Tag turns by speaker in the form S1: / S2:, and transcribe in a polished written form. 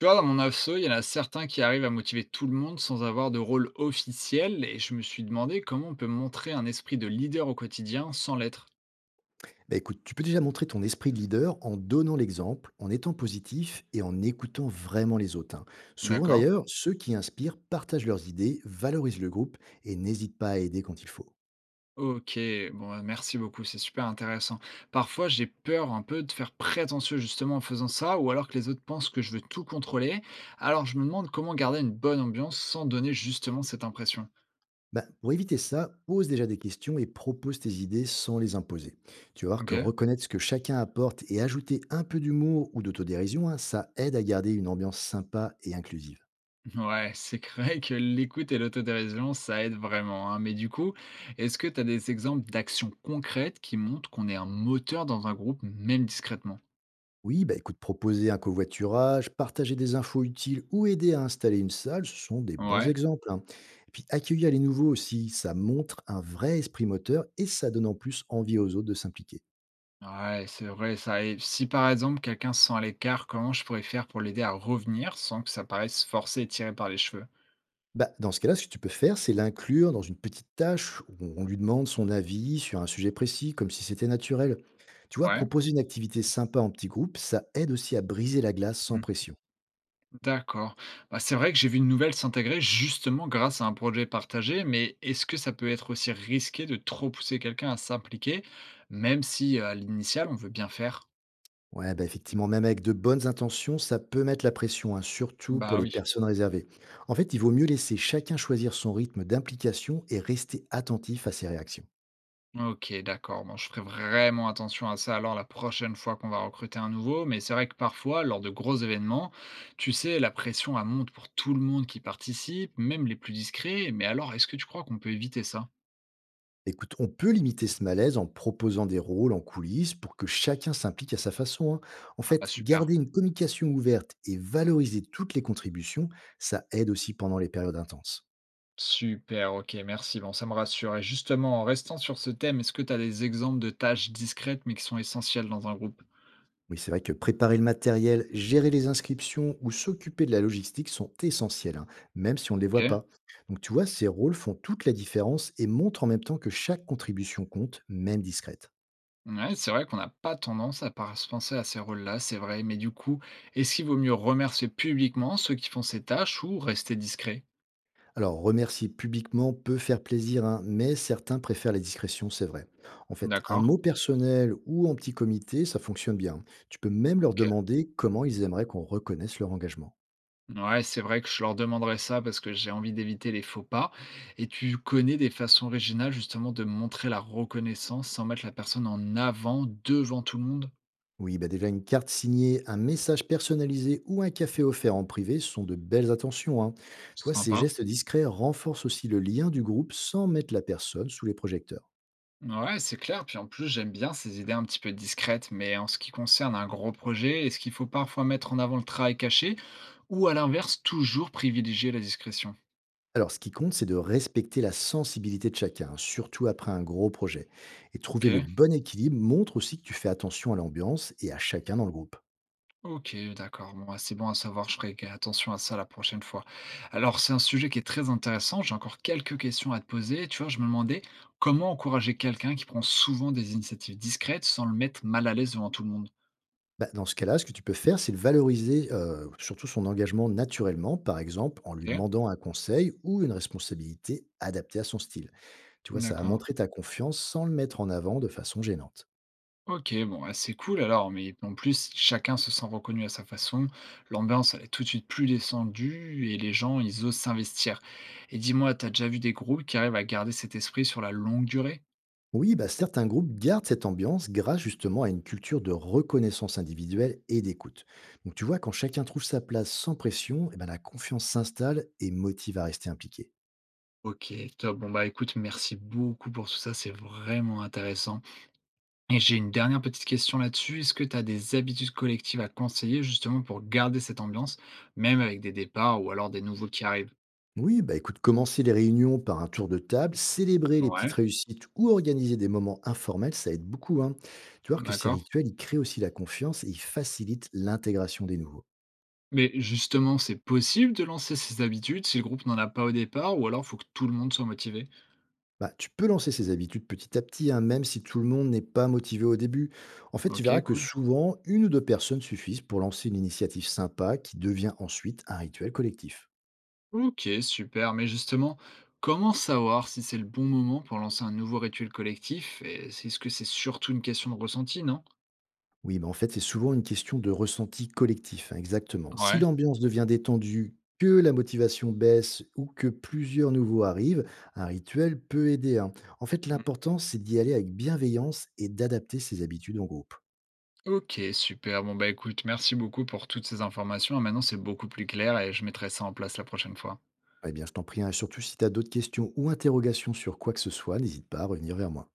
S1: Tu vois, dans mon asso, il y en a certains qui arrivent à motiver tout le monde sans avoir de rôle officiel, et je me suis demandé comment on peut montrer un esprit de leader au quotidien sans l'être.
S2: Bah, écoute, tu peux déjà montrer ton esprit de leader en donnant l'exemple, en étant positif et en écoutant vraiment les autres, hein. Souvent
S1: D'accord?
S2: d'ailleurs, ceux qui inspirent partagent leurs idées, valorisent le groupe et n'hésitent pas à aider quand il faut.
S1: Ok, bon, bah, merci beaucoup, c'est super intéressant. Parfois, j'ai peur un peu de faire prétentieux justement en faisant ça, ou alors que les autres pensent que je veux tout contrôler. Alors, je me demande comment garder une bonne ambiance sans donner justement cette impression.
S2: Bah, pour éviter ça, pose déjà des questions et propose tes idées sans les imposer. Tu vas voir que
S1: Ok?
S2: reconnaître ce que chacun apporte et ajouter un peu d'humour ou d'autodérision, hein, ça aide à garder une ambiance sympa et inclusive.
S1: Ouais, c'est vrai que l'écoute et l'autodérision, ça aide vraiment, hein. Mais du coup, est-ce que tu as des exemples d'actions concrètes qui montrent qu'on est un moteur dans un groupe, même discrètement?
S2: Oui, bah écoute, proposer un covoiturage, partager des infos utiles ou aider à installer une salle, ce sont des bons
S1: Ouais.
S2: exemples, hein. Et puis accueillir les nouveaux aussi, ça montre un vrai esprit moteur et ça donne en plus envie aux autres de s'impliquer.
S1: Ouais, c'est vrai, ça aide. Si par exemple quelqu'un se sent à l'écart, comment je pourrais faire pour l'aider à revenir sans que ça paraisse forcé et tiré par les cheveux?
S2: Bah, dans ce cas-là, ce que tu peux faire, c'est l'inclure dans une petite tâche où on lui demande son avis sur un sujet précis, comme si c'était naturel. Tu vois,
S1: Ouais.
S2: proposer une activité sympa en petit groupe, ça aide aussi à briser la glace sans pression.
S1: D'accord. Bah, c'est vrai que j'ai vu une nouvelle s'intégrer justement grâce à un projet partagé, mais est-ce que ça peut être aussi risqué de trop pousser quelqu'un à s'impliquer, même si à l'initial on veut bien faire?
S2: Ouais, bah, effectivement, même avec de bonnes intentions, ça peut mettre la pression, hein, surtout pour
S1: Bah
S2: les
S1: oui.
S2: personnes réservées. En fait, il vaut mieux laisser chacun choisir son rythme d'implication et rester attentif à ses réactions.
S1: Ok, d'accord. Bon, je ferai vraiment attention à ça alors la prochaine fois qu'on va recruter un nouveau, mais c'est vrai que parfois, lors de gros événements, tu sais, la pression elle monte pour tout le monde qui participe, même les plus discrets, mais alors est-ce que tu crois qu'on peut éviter ça?
S2: Écoute, on peut limiter ce malaise en proposant des rôles en coulisses pour que chacun s'implique à sa façon, hein. En
S1: Ah,
S2: fait,
S1: super.
S2: garder une communication ouverte et valoriser toutes les contributions, ça aide aussi pendant les périodes intenses.
S1: Super, OK, merci. Bon, ça me rassure et justement, en restant sur ce thème, est-ce que tu as des exemples de tâches discrètes, mais qui sont essentielles dans un groupe?
S2: Oui, c'est vrai que préparer le matériel, gérer les inscriptions ou s'occuper de la logistique sont essentiels, hein, même si on ne les voit
S1: OK.
S2: pas. Donc tu vois, ces rôles font toute la différence et montrent en même temps que chaque contribution compte, même discrète.
S1: Ouais, c'est vrai qu'on n'a pas tendance à par se penser à ces rôles-là, c'est vrai, mais du coup, est-ce qu'il vaut mieux remercier publiquement ceux qui font ces tâches ou rester discret?
S2: Alors remercier publiquement peut faire plaisir, hein, mais certains préfèrent la discrétion, c'est vrai. En fait, un
S1: D'accord,
S2: mot personnel ou en petit comité, ça fonctionne bien. Tu peux même leur
S1: OK.
S2: demander comment ils aimeraient qu'on reconnaisse leur engagement.
S1: Ouais, c'est vrai que je leur demanderai ça parce que j'ai envie d'éviter les faux pas et tu connais des façons originales justement de montrer la reconnaissance sans mettre la personne en avant devant tout le monde?
S2: Oui, bah déjà une carte signée, un message personnalisé ou un café offert en privé sont de belles attentions, hein. Tu vois, ces
S1: Sympa.
S2: gestes discrets renforcent aussi le lien du groupe sans mettre la personne sous les projecteurs.
S1: Ouais, c'est clair. Puis en plus, j'aime bien ces idées un petit peu discrètes. Mais en ce qui concerne un gros projet, est-ce qu'il faut parfois mettre en avant le travail caché ou à l'inverse, toujours privilégier la discrétion?
S2: Alors, ce qui compte, c'est de respecter la sensibilité de chacun, hein, surtout après un gros projet. Et trouver le
S1: Ok,
S2: bon équilibre montre aussi que tu fais attention à l'ambiance et à chacun dans le groupe.
S1: ok, d'accord. Bon, ah, c'est bon à savoir. Je ferai attention à ça la prochaine fois. Alors, c'est un sujet qui est très intéressant. J'ai encore quelques questions à te poser. Tu vois, je me demandais comment encourager quelqu'un qui prend souvent des initiatives discrètes sans le mettre mal à l'aise devant tout le monde.
S2: Bah, dans ce cas-là, ce que tu peux faire, c'est de valoriser surtout son engagement naturellement, par exemple en lui
S1: Ok,
S2: demandant un conseil ou une responsabilité adaptée à son style. Tu vois, ça a
S1: d'accord.
S2: montré ta confiance sans le mettre en avant de façon gênante.
S1: Ok, bon, bah, c'est cool alors, mais en plus, chacun se sent reconnu à sa façon, l'ambiance, elle est tout de suite plus descendue et les gens, ils osent s'investir. Et dis-moi, t'as déjà vu des groupes qui arrivent à garder cet esprit sur la longue durée?
S2: Oui, bah certains groupes gardent cette ambiance grâce justement à une culture de reconnaissance individuelle et d'écoute. Donc tu vois, quand chacun trouve sa place sans pression, eh ben, la confiance s'installe et motive à rester impliqué.
S1: Ok, top. Bon, bah écoute, merci beaucoup pour tout ça, c'est vraiment intéressant. Et j'ai une dernière petite question là-dessus. Est-ce que t'as des habitudes collectives à conseiller justement pour garder cette ambiance, même avec des départs ou alors des nouveaux qui arrivent?
S2: Oui, bah écoute, commencer les réunions par un tour de table, célébrer les
S1: Ouais,
S2: petites réussites ou organiser des moments informels, ça aide beaucoup, hein. Tu vois que ces
S1: d'accord.
S2: rituels, ils créent aussi la confiance et ils facilitent l'intégration des nouveaux.
S1: Mais justement, c'est possible de lancer ces habitudes si le groupe n'en a pas au départ ou alors faut que tout le monde soit motivé?
S2: Bah, tu peux lancer ces habitudes petit à petit, hein, même si tout le monde n'est pas motivé au début. En fait, tu
S1: OK,
S2: verras que
S1: cool.
S2: souvent, une ou deux personnes suffisent pour lancer une initiative sympa qui devient ensuite un rituel collectif.
S1: OK, super. Mais justement, comment savoir si c'est le bon moment pour lancer un nouveau rituel collectif? Et est-ce que c'est surtout une question de ressenti, non?
S2: Oui, mais en fait, c'est souvent une question de ressenti collectif, hein, exactement. Si
S1: Ouais.
S2: l'ambiance devient détendue, que la motivation baisse ou que plusieurs nouveaux arrivent, un rituel peut aider, hein. En fait,
S1: Mm.
S2: l'important, c'est d'y aller avec bienveillance et d'adapter ses habitudes en groupe.
S1: OK, super. Bon, bah écoute, merci beaucoup pour toutes ces informations. Maintenant, c'est beaucoup plus clair et je mettrai ça en place la prochaine fois.
S2: Eh bien, je t'en prie, hein, surtout si tu as d'autres questions ou interrogations sur quoi que ce soit, n'hésite pas à revenir vers moi.